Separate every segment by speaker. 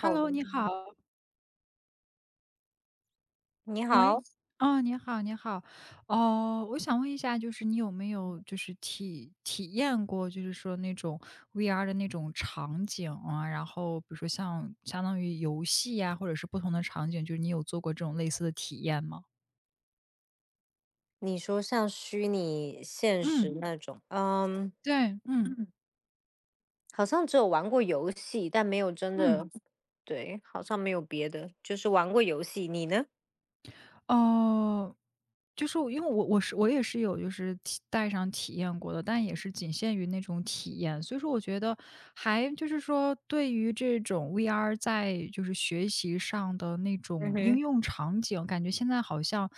Speaker 1: 好的，
Speaker 2: 你好，
Speaker 1: 你好，
Speaker 2: 喂，哦，你好，你好，哦，我想问一下，就是你有没有就是体验过，就是说那种 VR 的那种场景啊，然后比如说像相当于游戏呀、或者是不同的场景，就是你有做过这种类似的体验吗？
Speaker 1: 你说像虚拟现实
Speaker 2: 嗯，
Speaker 1: 那种，嗯，
Speaker 2: 对，嗯
Speaker 1: 好像只有玩过游戏，但没有真
Speaker 2: 嗯，
Speaker 1: 的，对，好像没有别的，就是玩过游戏。你呢？
Speaker 2: 哦、就是我因为我是我也是有就是体带上体验过的，但也是仅限于那种体验。所以说我觉得还就是说，对于这种 VR 在就是学习上的那
Speaker 1: 嗯
Speaker 2: 种应
Speaker 1: 哼。
Speaker 2: 用场景，感觉现在好像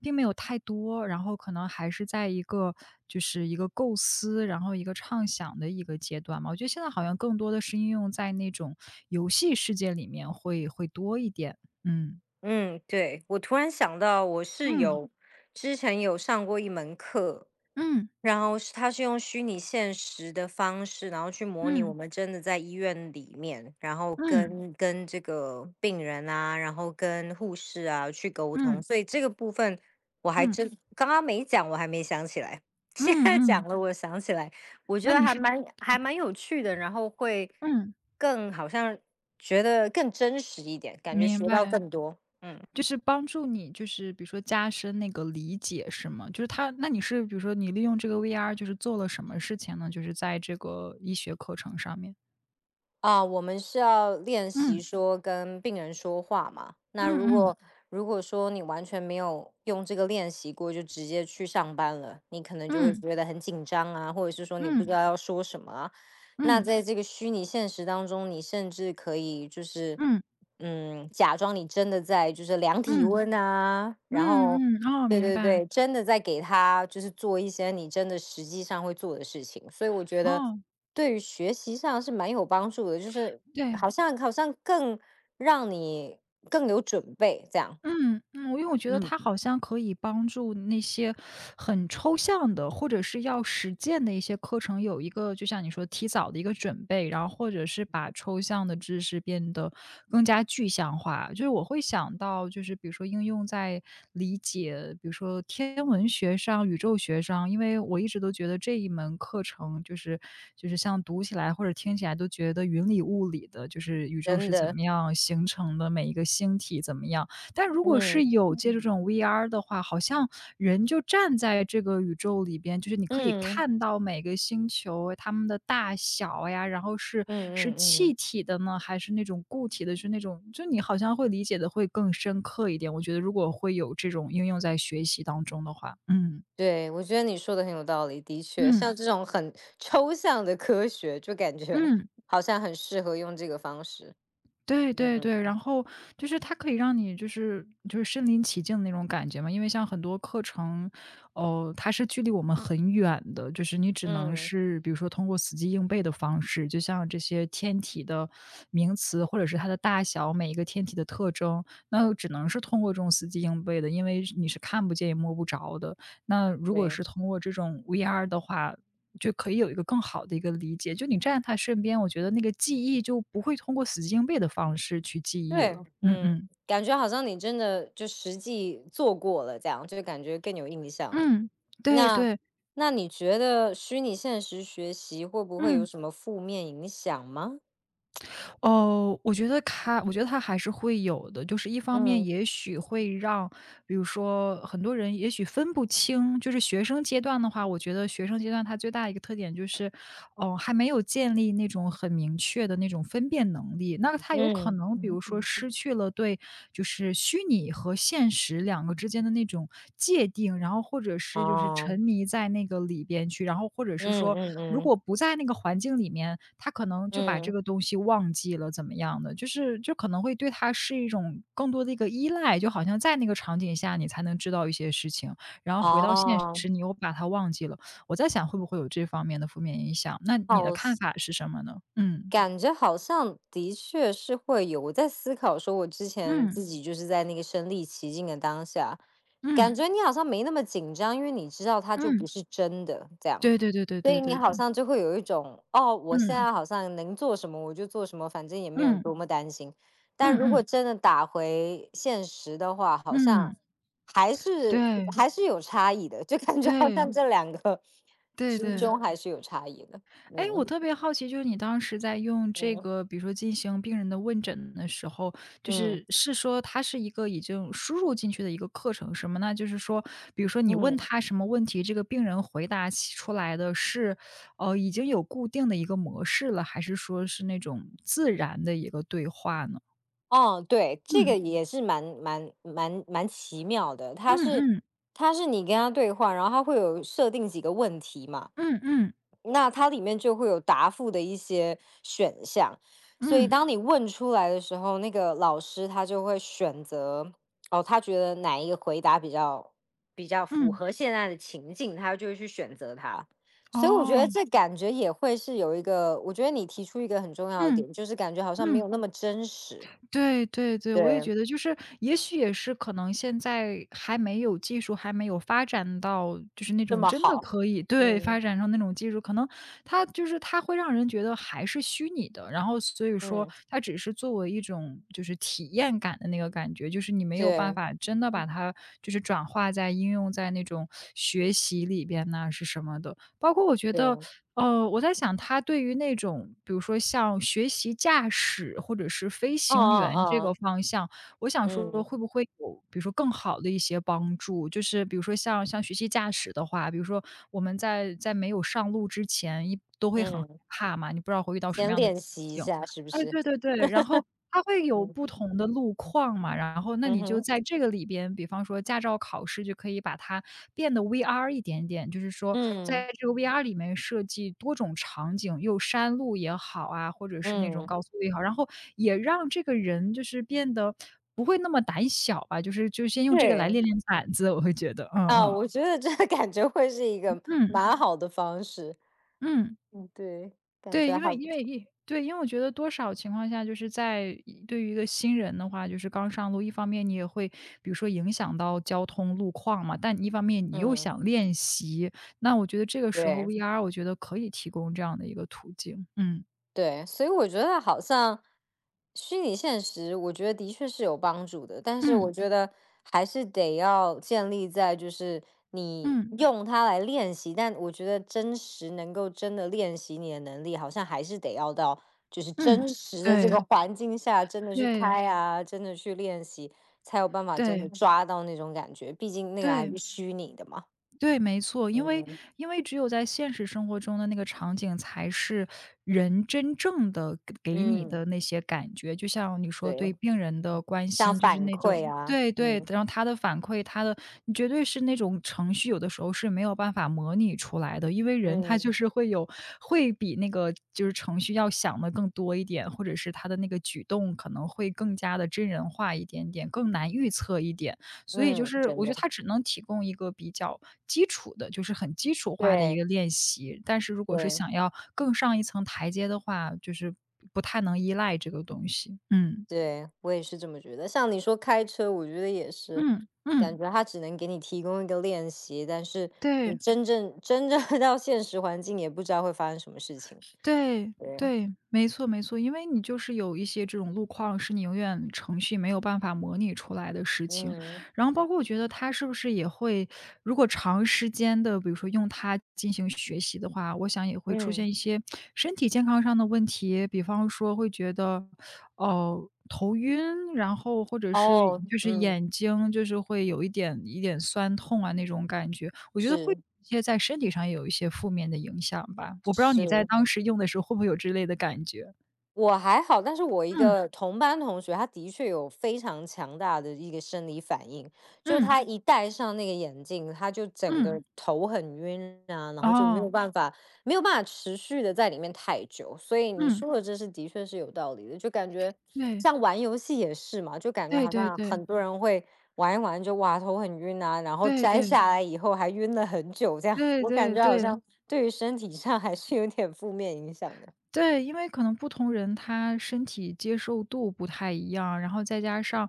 Speaker 2: 并没有太多，然后可能还是在一个就是一个构思，然后一个畅想的一个阶段嘛。我觉得现在好像更多的是应用在那种游戏世界里面会多一点。嗯。
Speaker 1: 嗯，对，我突然想到，我是
Speaker 2: 嗯。
Speaker 1: 有之前有上过一门课，
Speaker 2: 嗯，
Speaker 1: 然后它是用虚拟现实的方式，然后去模拟我
Speaker 2: 嗯，
Speaker 1: 们真的在医院里面，然后
Speaker 2: 嗯，嗯。
Speaker 1: 跟这个病人啊，然后跟护士啊去沟通，
Speaker 2: 嗯
Speaker 1: 所以这个部分我还
Speaker 2: 嗯，
Speaker 1: 真刚刚没讲，我还没想起来，
Speaker 2: 嗯
Speaker 1: 现在
Speaker 2: 嗯，
Speaker 1: 讲了，我想起来，我觉
Speaker 2: 那
Speaker 1: 得
Speaker 2: 你
Speaker 1: 还
Speaker 2: 是
Speaker 1: 蛮还蛮有趣的，然后会
Speaker 2: 嗯，
Speaker 1: 更好像觉得更真实一点，感觉
Speaker 2: 明
Speaker 1: 学到
Speaker 2: 白，
Speaker 1: 更多。嗯。
Speaker 2: 就是帮助你就是比如说加深那个理解是吗？就是他，那你是比如说你利用这个 VR 就是做了什么事情呢？就是在这个医学课程上面。
Speaker 1: 啊，我们是要练习
Speaker 2: 嗯，
Speaker 1: 说跟病人说话嘛。
Speaker 2: 嗯
Speaker 1: 那如
Speaker 2: 嗯，
Speaker 1: 果如果说你完全没有用这个练习过，就直接去上班了，你可能就会
Speaker 2: 嗯，
Speaker 1: 觉得很紧张啊，或者是说你不知
Speaker 2: 嗯，
Speaker 1: 道要说什么啊。那
Speaker 2: 嗯，
Speaker 1: 在这个虚拟现实当中，你甚至可以就是，
Speaker 2: 嗯，
Speaker 1: 嗯，假装你真的在就是量体
Speaker 2: 嗯，
Speaker 1: 温啊，然后，
Speaker 2: 嗯嗯，哦，
Speaker 1: 对
Speaker 2: 明
Speaker 1: 对
Speaker 2: 白，
Speaker 1: 对，真的在给他就是做一些你真的实际上会做的事情。所以我觉得
Speaker 2: 哦，
Speaker 1: 对于学习上是蛮有帮助的，就是
Speaker 2: 对。
Speaker 1: 好像更让你更有准备这样。
Speaker 2: 嗯嗯，因为我觉得
Speaker 1: 嗯。
Speaker 2: 它好像可以帮助那些很抽象的，或者是要实践的一些课程，有一个就像你说提早的一个准备，然后或者是把抽象的知识变得更加具象化。就是我会想到，就是比如说应用在理解，比如说天文学上、宇宙学上，因为我一直都觉得这一门课程就是像读起来或者听起来都觉得云里雾里的，就是宇宙
Speaker 1: 真
Speaker 2: 是怎
Speaker 1: 的，
Speaker 2: 么样形成的，每一个星体怎么样。但如果是
Speaker 1: 嗯，
Speaker 2: 有借助这种 VR 的话，好像人就站在这个宇宙里边，就是你可以
Speaker 1: 嗯。
Speaker 2: 看到每个星球它们的大小呀，然后是
Speaker 1: 嗯，
Speaker 2: 是
Speaker 1: 嗯嗯嗯嗯
Speaker 2: 气
Speaker 1: 嗯，
Speaker 2: 体的呢，还是那种固体的，是那种就你好像会理解的会更深刻一点，我觉得如果会有这种应用在学习当中的话，嗯，
Speaker 1: 对，我觉得你说的很有道理，的确，
Speaker 2: 嗯，
Speaker 1: 像这种很抽象的科学，就感觉
Speaker 2: 嗯。
Speaker 1: 好像很适合用这个方式。
Speaker 2: 对对对，
Speaker 1: 嗯。
Speaker 2: 然后就是它可以让你就是身临其境的那种感觉嘛，因为像很多课程，哦，它是距离我们很远的，就是你只能
Speaker 1: 嗯，
Speaker 2: 是比如说通过死记硬背的方式，就像这些天体的名词或者是它的大小，每一个天体的特征，那只能是通过这种死记硬背的，因为你是看不见也摸不着的。那如果
Speaker 1: 对，
Speaker 2: 是通过这种 VR 的话，就可以有一个更好的一个理解。就你站在他身边，我觉得那个记忆就不会通过死记硬背的方式去记忆
Speaker 1: 对，
Speaker 2: 了。嗯
Speaker 1: 嗯，
Speaker 2: 嗯。
Speaker 1: 感觉好像你真的就实际做过了这样，就感觉更有印象了。
Speaker 2: 嗯，对
Speaker 1: 那
Speaker 2: 对，
Speaker 1: 那你觉得虚拟现实学习会不会有
Speaker 2: 嗯。
Speaker 1: 什么负面影响吗？
Speaker 2: 哦，我觉得他还是会有的。就是一方面
Speaker 1: 嗯，
Speaker 2: 也许会让比如说很多人也许分不清，就是学生阶段的话，我觉得学生阶段他最大的一个特点就是，哦，还没有建立那种很明确的那种分辨能力。那他有可
Speaker 1: 嗯。
Speaker 2: 能比如说失去了对就是虚拟和现实两个之间的那种界定，然后或者是就是沉
Speaker 1: 哦，
Speaker 2: 迷在那个里边去，然后或者是
Speaker 1: 嗯
Speaker 2: 说，
Speaker 1: 嗯
Speaker 2: 如
Speaker 1: 嗯，
Speaker 2: 果不在那个环境里面，他可能就把这
Speaker 1: 嗯，
Speaker 2: 个东西忘记了，怎么样的，就是就可能会对他是一种更多的一个依赖，就好像在那个场景下你才能知道一些事情，然后回到现
Speaker 1: 哦，
Speaker 2: 实你又把它忘记了。我在想会不会有这方面的负面影响，那你的
Speaker 1: 好
Speaker 2: 看
Speaker 1: 像
Speaker 2: 法是什么呢？嗯，
Speaker 1: 感觉好像的确是会有。我在思考说，我之前
Speaker 2: 嗯，
Speaker 1: 自己就是在那个身临其境的当下，感
Speaker 2: 嗯，
Speaker 1: 觉你好像没那么紧张，因为你知道它就不
Speaker 2: 嗯，
Speaker 1: 是真的，这样。
Speaker 2: 对对对对
Speaker 1: 所
Speaker 2: 对
Speaker 1: 以你
Speaker 2: 对
Speaker 1: 好
Speaker 2: 对，
Speaker 1: 像就会有一种，哦，我现
Speaker 2: 嗯，
Speaker 1: 在好像能做什么我就做什么，反正也没有多
Speaker 2: 嗯。
Speaker 1: 么担心。但
Speaker 2: 嗯
Speaker 1: 如果
Speaker 2: 嗯，
Speaker 1: 真的打回现实的话，好像
Speaker 2: 嗯，
Speaker 1: 还是
Speaker 2: 对，
Speaker 1: 还是有差异的，就感觉好
Speaker 2: 对，
Speaker 1: 像这两个
Speaker 2: 对
Speaker 1: 之
Speaker 2: 对。
Speaker 1: 中还是有差异的。
Speaker 2: 哎，我
Speaker 1: 嗯
Speaker 2: 特别好奇，就是你当时在用这个，
Speaker 1: 嗯
Speaker 2: 比如说进行病人的问诊的时候，就
Speaker 1: 嗯
Speaker 2: 是说它是一个已经输入进去的一个课程是吗？那就是说，比如说你问
Speaker 1: 嗯，
Speaker 2: 他什么问题，这个病人回答起出来的是，已经有固定的一个模式了，还是说是那种自然的一个对话呢？
Speaker 1: 哦，对，这
Speaker 2: 嗯，
Speaker 1: 个也是蛮奇妙的，它
Speaker 2: 嗯
Speaker 1: 是
Speaker 2: 嗯，
Speaker 1: 它是你跟他对话，然后他会有设定几个问题嘛，
Speaker 2: 嗯嗯，
Speaker 1: 那它里面就会有答复的一些选项，所以
Speaker 2: 嗯，
Speaker 1: 当你问出来的时候，那个老师他就会选择，哦，他觉得哪一个回答比较符
Speaker 2: 嗯，
Speaker 1: 合现在的情境，他就会去选择它。所以我觉得
Speaker 2: 哦，
Speaker 1: 这感觉也会是有一个，我觉得你提出一个很重要的
Speaker 2: 嗯，
Speaker 1: 点，就是感觉好像没
Speaker 2: 嗯。
Speaker 1: 有那么真实，
Speaker 2: 对对对，我也
Speaker 1: 对，
Speaker 2: 觉得就是，也许也是可能现在还没有技术，还没有发展到就是那
Speaker 1: 这
Speaker 2: 种
Speaker 1: 么
Speaker 2: 真的
Speaker 1: 好，
Speaker 2: 可以对，
Speaker 1: 嗯
Speaker 2: 发展成那种技术，可能它就是它会让人觉得还是虚拟的，然后所以说
Speaker 1: 嗯，
Speaker 2: 它只是作为一种就是体验感的那个感觉，就是你没有办
Speaker 1: 对
Speaker 2: 法真的把它就是转化在应用在那种学习里边呢是什么的。包括我觉得
Speaker 1: 对，
Speaker 2: 我在想他对于那种，比如说像学习驾驶或者是飞
Speaker 1: 哦
Speaker 2: 行员这
Speaker 1: 哦哦，
Speaker 2: 个方向，我想说
Speaker 1: 嗯
Speaker 2: 会不会有，比如说更好的一些帮助？就是比如说像学习驾驶的话，比如说我们在没有上路之前，一都会很害
Speaker 1: 嗯，
Speaker 2: 怕嘛，你不知道会遇到什么
Speaker 1: 先
Speaker 2: 样的
Speaker 1: 练
Speaker 2: 情
Speaker 1: 习一
Speaker 2: 景。
Speaker 1: 下，是不
Speaker 2: 哎，
Speaker 1: 是？
Speaker 2: 对对对，然后它会有不
Speaker 1: 嗯
Speaker 2: 同的路况嘛，然后那
Speaker 1: 嗯
Speaker 2: 你就
Speaker 1: 哼。
Speaker 2: 在这个里边，比方说驾照考试就可以把它变得 VR 一点点，就是说
Speaker 1: 嗯，
Speaker 2: 在这个 VR 里面设计多种场景，又山路也好啊，或者是那种
Speaker 1: 嗯，
Speaker 2: 高速路也好，然后也让这个人就是变得不会那么胆小吧，就是就先 用这个
Speaker 1: 对
Speaker 2: 来练练胆子，我会觉得，嗯
Speaker 1: 啊，
Speaker 2: 嗯，
Speaker 1: 我觉得这个感觉会是一个
Speaker 2: 嗯，
Speaker 1: 蛮好的方式。
Speaker 2: 嗯。
Speaker 1: 嗯，对，感
Speaker 2: 对，
Speaker 1: 觉
Speaker 2: 因为
Speaker 1: 还不
Speaker 2: 因
Speaker 1: 错。
Speaker 2: 为一对，因为我觉得多少情况下，就是在一对于一个新人的话，就是刚上路，一方面你也会比如说影响到交通路况嘛，但一方面你又
Speaker 1: 嗯，
Speaker 2: 想练习，那我觉得这个时候
Speaker 1: 对。
Speaker 2: VR 我觉得可以提供这样的一个途径。嗯，
Speaker 1: 对，所以我觉得好像虚拟现实，我觉得的确是有帮助的，但是我
Speaker 2: 嗯，
Speaker 1: 觉得还是得要建立在就是你
Speaker 2: 嗯，
Speaker 1: 用它来练习，但我觉得真实能够真的练习你的能力，好像还是得要到就是
Speaker 2: 嗯，
Speaker 1: 真实的这
Speaker 2: 对，
Speaker 1: 个环境下，真的去
Speaker 2: 对，
Speaker 1: 开啊，真的去练习，才有办法真的
Speaker 2: 对，
Speaker 1: 抓到那种感觉，毕竟那个还
Speaker 2: 对。
Speaker 1: 是虚拟的嘛。
Speaker 2: 对，没错，因为
Speaker 1: 嗯
Speaker 2: 因为只有在现实生活中的那个场景，才是人真正的给你
Speaker 1: 嗯，
Speaker 2: 的那些感觉。就像你说对
Speaker 1: 对，
Speaker 2: 病人的关
Speaker 1: 像
Speaker 2: 心，就是
Speaker 1: 反
Speaker 2: 那
Speaker 1: 馈
Speaker 2: 种
Speaker 1: 啊，
Speaker 2: 对对，
Speaker 1: 嗯
Speaker 2: 然后他的反馈，他的你绝对是那种程序，有的时候是没有办法模拟出来的，因为人他就
Speaker 1: 嗯。
Speaker 2: 是会有会比那个就是程序要想的更多一点，或者是他的那个举动可能会更加的真人化一点点，更难预测一点。所以就
Speaker 1: 嗯，
Speaker 2: 是
Speaker 1: 真
Speaker 2: 我觉得
Speaker 1: 的。
Speaker 2: 他只能提供一个比较基础的，就是很基础化的一
Speaker 1: 对
Speaker 2: 个练习。但是如果是
Speaker 1: 对
Speaker 2: 想要更上一层台阶的话，就是不太能依赖这个东西。嗯，
Speaker 1: 对，我也是这么觉得。像你说开车，我觉得也是，
Speaker 2: 嗯，
Speaker 1: 感
Speaker 2: 嗯，
Speaker 1: 觉它只能给你提供一个练习，但是你
Speaker 2: 对，
Speaker 1: 真正 到现实环境，也不知道会发生什么事情。
Speaker 2: 对，
Speaker 1: 对，
Speaker 2: 对，没错，没错。因为你就是有一些这种路况是你永远程序没有办法模拟出来的事情。
Speaker 1: 嗯
Speaker 2: 然后包括我觉得他是不是也会如果长时间的比如说用它进行学习的话，我想也会出
Speaker 1: 嗯，
Speaker 2: 现一些身体健康上的问题。比方说会觉得哦，头晕，然后或者是
Speaker 1: 哦，
Speaker 2: 就是
Speaker 1: 嗯，
Speaker 2: 眼睛就是会有一点一点酸痛啊那种感觉，我觉得会
Speaker 1: 是
Speaker 2: 一些在身体上也有一些负面的影响吧，我不知道你在
Speaker 1: 是。
Speaker 2: 当时用的时候会不会有之类的感觉？
Speaker 1: 我还好，但是我一
Speaker 2: 嗯，
Speaker 1: 个同班同学，他的确有非常强大的一个生理反应，就
Speaker 2: 嗯，
Speaker 1: 他一戴上那个眼镜，他就整
Speaker 2: 嗯，
Speaker 1: 个头很晕啊，然后就没
Speaker 2: 哦，
Speaker 1: 有办法，没有办法持续的在里面太久。所以你
Speaker 2: 嗯，
Speaker 1: 说的这是的确是有道理的，就感觉
Speaker 2: 对，
Speaker 1: 像玩游戏也是嘛，就感觉
Speaker 2: 对
Speaker 1: 好
Speaker 2: 对
Speaker 1: 像
Speaker 2: 对，
Speaker 1: 很多人会玩一玩就哇头很晕啊，然后
Speaker 2: 对
Speaker 1: 摘
Speaker 2: 对，
Speaker 1: 下来以后还晕了很久，这样
Speaker 2: 对
Speaker 1: 我感
Speaker 2: 对
Speaker 1: 觉好
Speaker 2: 对。
Speaker 1: 像对于身体上还是有点负面影响的。
Speaker 2: 对，因为可能不同人他身体接受度不太一样，然后再加上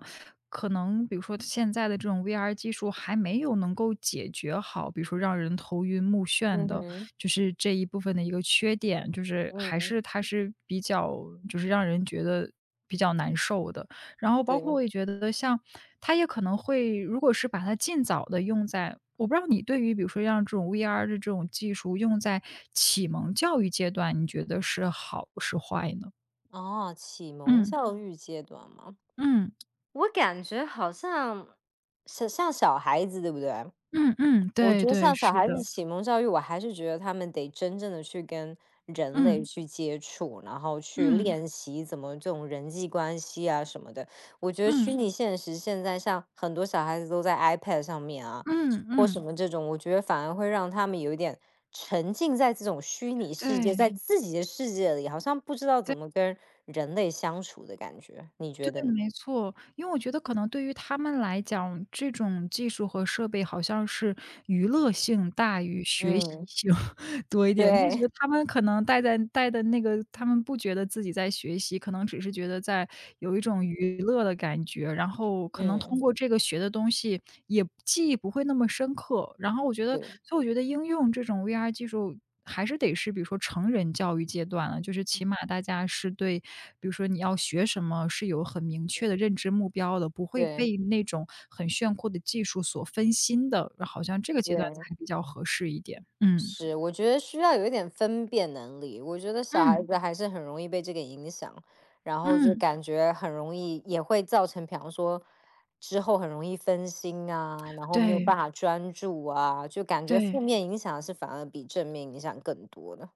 Speaker 2: 可能比如说现在的这种 VR 技术还没有能够解决好，比如说让人头晕目眩
Speaker 1: 嗯
Speaker 2: 的，
Speaker 1: 哼，
Speaker 2: 就是这一部分的一个缺点，就是还
Speaker 1: 嗯。
Speaker 2: 是它是比较就是让人觉得比较难受的。然后包括
Speaker 1: 对，
Speaker 2: 我也觉得像它也可能会如果是把它尽早的用在我不知道你对于比如说像这种 VR 的这种技术用在启蒙教育阶段，你觉得是好是坏呢？
Speaker 1: 哦，启蒙
Speaker 2: 嗯，
Speaker 1: 教育阶段嘛。
Speaker 2: 嗯，
Speaker 1: 我感觉好像是像小孩子，对不对？
Speaker 2: 嗯嗯，
Speaker 1: 我
Speaker 2: 对
Speaker 1: 觉得
Speaker 2: 对，
Speaker 1: 像小
Speaker 2: 是
Speaker 1: 孩子
Speaker 2: 的，
Speaker 1: 启蒙教育，我还是觉得他们得真正的去跟人类
Speaker 2: 嗯，
Speaker 1: 去接触，然后去
Speaker 2: 嗯，
Speaker 1: 练习怎么这种人际关系啊什么的。我觉得虚
Speaker 2: 嗯，
Speaker 1: 拟现实现在像很多小孩子都在 iPad 上面啊，
Speaker 2: 嗯
Speaker 1: 或什
Speaker 2: 嗯，
Speaker 1: 么这种，我觉得反而会让他们有一点沉浸在这种虚拟
Speaker 2: 对，
Speaker 1: 世界，
Speaker 2: 对。
Speaker 1: 在自己的世界里，好像不知道怎么跟人类相处的感觉。你
Speaker 2: 对，
Speaker 1: 觉得呢？
Speaker 2: 没错。因为我觉得可能对于他们来讲，这种技术和设备好像是娱乐性大于学习
Speaker 1: 嗯
Speaker 2: 性 多一点。就觉
Speaker 1: 对，
Speaker 2: 得他 们可能带的那个，他们不觉得自己在学习，可能只是觉得在有一种娱乐的感觉，然后可能
Speaker 1: 嗯，
Speaker 2: 通过这个学的东西也记忆不会那么深刻。然后我觉得，
Speaker 1: 对
Speaker 2: 所以我觉得应用这种 VR 技术，还是得是比如说成人教育阶段了，就是起码大家是对，比如说你要学什么是有很明确的认知目标的，不会
Speaker 1: 对
Speaker 2: 被那种很炫酷的技术所分心的，好像这个阶段
Speaker 1: 对，
Speaker 2: 才比较合适一点。嗯，
Speaker 1: 是，我觉得需要有一点分辨能力。我觉得小孩
Speaker 2: 嗯，
Speaker 1: 子还是很容易被这个影响，然后就
Speaker 2: 嗯，
Speaker 1: 感觉很容易也会造成，比方说之后很容易分心啊，然后没有
Speaker 2: 对，
Speaker 1: 办法专注啊，就感觉
Speaker 2: 对，
Speaker 1: 负面影响是反而比正面影响更多的。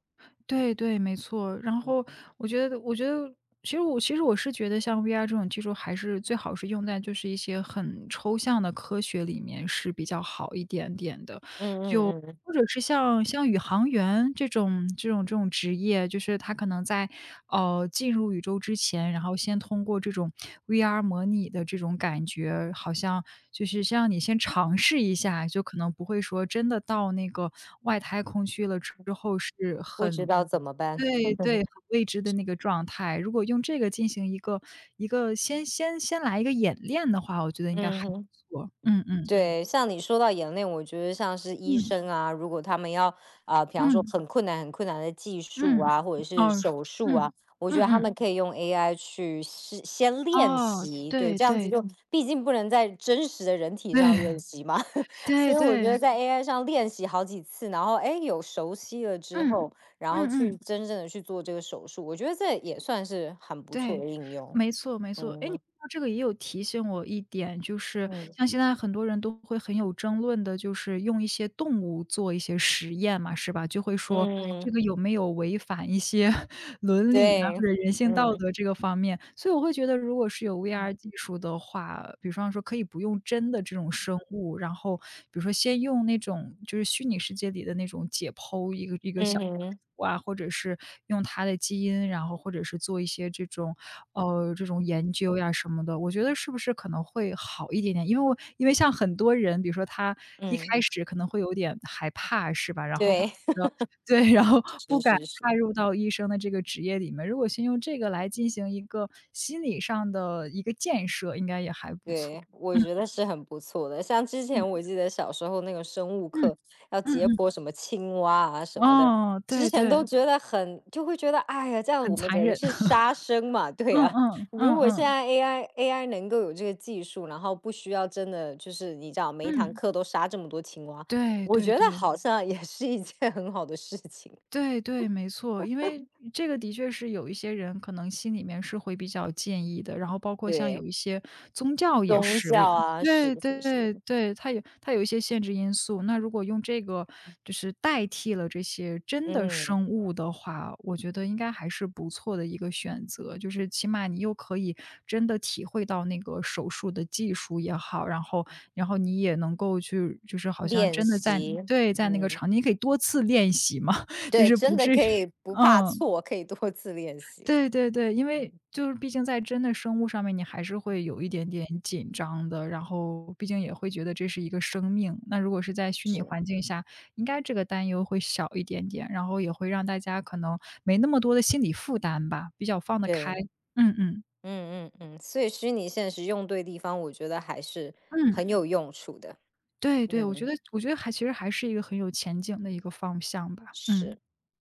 Speaker 2: 对对，没错。然后我觉得其实我是觉得像 VR 这种技术还是最好是用在就是一些很抽象的科学里面是比较好一点点的。
Speaker 1: 嗯嗯嗯，
Speaker 2: 或者是像宇航员这种职业，就是他可能在，进入宇宙之前，然后先通过这种 VR 模拟的这种感觉，好像就是先让你先尝试一下，就可能不会说真的到那个外太空去了之后是
Speaker 1: 不知
Speaker 2: 很，
Speaker 1: 道怎么办。
Speaker 2: 对对，很 未知的那个状态。如果用这个进行一个先来一个演练的话，我觉得应该
Speaker 1: 嗯
Speaker 2: 还不
Speaker 1: 哼。
Speaker 2: 错。嗯嗯，
Speaker 1: 对，像你说到演练，我觉得像是医
Speaker 2: 嗯，
Speaker 1: 生啊，如果他们要啊，比方说
Speaker 2: 嗯。
Speaker 1: 很困难、很困难的技术
Speaker 2: 嗯，
Speaker 1: 啊，或者是
Speaker 2: 哦，
Speaker 1: 手术
Speaker 2: 嗯，
Speaker 1: 啊，我
Speaker 2: 嗯
Speaker 1: 觉得他
Speaker 2: 嗯。
Speaker 1: 们可以用 AI 去是先练
Speaker 2: 哦，
Speaker 1: 习，对，
Speaker 2: 对
Speaker 1: 这样子
Speaker 2: 对。
Speaker 1: 就毕竟不能在真实的人体上练
Speaker 2: 对。
Speaker 1: 习嘛，
Speaker 2: 对
Speaker 1: 所以我觉得
Speaker 2: 对。
Speaker 1: 在 AI 上练习好几次，然后哎有熟悉了之
Speaker 2: 嗯，
Speaker 1: 后，然后
Speaker 2: 嗯
Speaker 1: 去
Speaker 2: 嗯。
Speaker 1: 真正的去做这个手术，我觉得这也算是很不错
Speaker 2: 对，
Speaker 1: 的应用。
Speaker 2: 没错没错。哎，你
Speaker 1: 嗯
Speaker 2: 说这个也有提醒我一点，就是
Speaker 1: 嗯
Speaker 2: 像现在很多人都会很有争论的，就是用一些动物做一些实验嘛，是吧？就会说这
Speaker 1: 嗯，
Speaker 2: 个有没有违反一些 伦理啊，或
Speaker 1: 对，
Speaker 2: 者人性道
Speaker 1: 嗯
Speaker 2: 德这个方面。所以我会觉得，如果是有 VR 技术的话，比方说可以不用真的这种生物，然后比如说先用那种就是虚拟世界里的那种解剖一个一个小。
Speaker 1: 嗯哼。
Speaker 2: 哇，或者是用他的基因，然后或者是做一些这种研究呀什么的，我觉得是不是可能会好一点点？因为像很多人，比如说他一
Speaker 1: 嗯，
Speaker 2: 开始可能会有点害怕，是吧？然后会
Speaker 1: 对。
Speaker 2: 觉得 对，然后不
Speaker 1: 是
Speaker 2: 敢
Speaker 1: 是
Speaker 2: 踏
Speaker 1: 是。
Speaker 2: 入到医生的这个职业里面。如果先用这个来进行一个心理上的一个建设，应该也还不错。
Speaker 1: 对，我觉得是很不错的。像之
Speaker 2: 嗯
Speaker 1: 前我记得小时候那个生物
Speaker 2: 嗯
Speaker 1: 课，要
Speaker 2: 嗯嗯
Speaker 1: 解
Speaker 2: 嗯
Speaker 1: 剖什么青蛙啊什么的，
Speaker 2: 嗯，哦，对
Speaker 1: 之前
Speaker 2: 对，
Speaker 1: 都觉得很就会觉得，哎呀，这样
Speaker 2: 很
Speaker 1: 我们
Speaker 2: 残
Speaker 1: 等于
Speaker 2: 忍。
Speaker 1: 是 杀生嘛，对
Speaker 2: 嗯
Speaker 1: 啊。
Speaker 2: 嗯
Speaker 1: 如
Speaker 2: 嗯
Speaker 1: 果现
Speaker 2: 嗯，
Speaker 1: 在 AI AI 能够有这个技术，然后不需要真的就是你知道每一堂
Speaker 2: 嗯。
Speaker 1: 课都杀这么多青蛙，
Speaker 2: 对
Speaker 1: 我
Speaker 2: 对
Speaker 1: 觉得
Speaker 2: 对，
Speaker 1: 好像也是一件很好的事情。
Speaker 2: 对对，没错，因为这个的确是有一些人可能心里面是会比较介意的，然后包括像有
Speaker 1: 对，
Speaker 2: 一些宗教也
Speaker 1: 宗
Speaker 2: 是，
Speaker 1: 教啊，是
Speaker 2: 对
Speaker 1: 是是，
Speaker 2: 对对，它有一些限制因素。那如果用这个就是代替了这些真的
Speaker 1: 嗯。
Speaker 2: 生物的话，我觉得应该还是不错的一个选择，就是起码你又可以真的体会到那个手术的技术也好，然后你也能够去就是好像
Speaker 1: 练
Speaker 2: 真的在，
Speaker 1: 习，
Speaker 2: 对，在那个
Speaker 1: 嗯，
Speaker 2: 场景，你可以多次练习嘛。就
Speaker 1: 对，
Speaker 2: 是
Speaker 1: 真
Speaker 2: 不
Speaker 1: 的
Speaker 2: 至于
Speaker 1: 可 以不怕
Speaker 2: 嗯，
Speaker 1: 错，可以多次练习，
Speaker 2: 对对对，因为就是毕竟在真的生物上面，你还是会有一点点紧张的，然后毕竟也会觉得这是一个生命。那如果是在虚拟
Speaker 1: 是，
Speaker 2: 环境下，应该这个担忧会小一点点，然后也会让大家可能没那么多的心理负担吧，比较放得开。
Speaker 1: 对，
Speaker 2: 嗯嗯，
Speaker 1: 嗯嗯嗯，所以虚拟现实用对地方，我觉得还是
Speaker 2: 嗯，
Speaker 1: 很有用处的，
Speaker 2: 对对，我
Speaker 1: 嗯，
Speaker 2: 觉得我觉得还其实还是一个很有前景的一个方向吧，嗯。
Speaker 1: 是。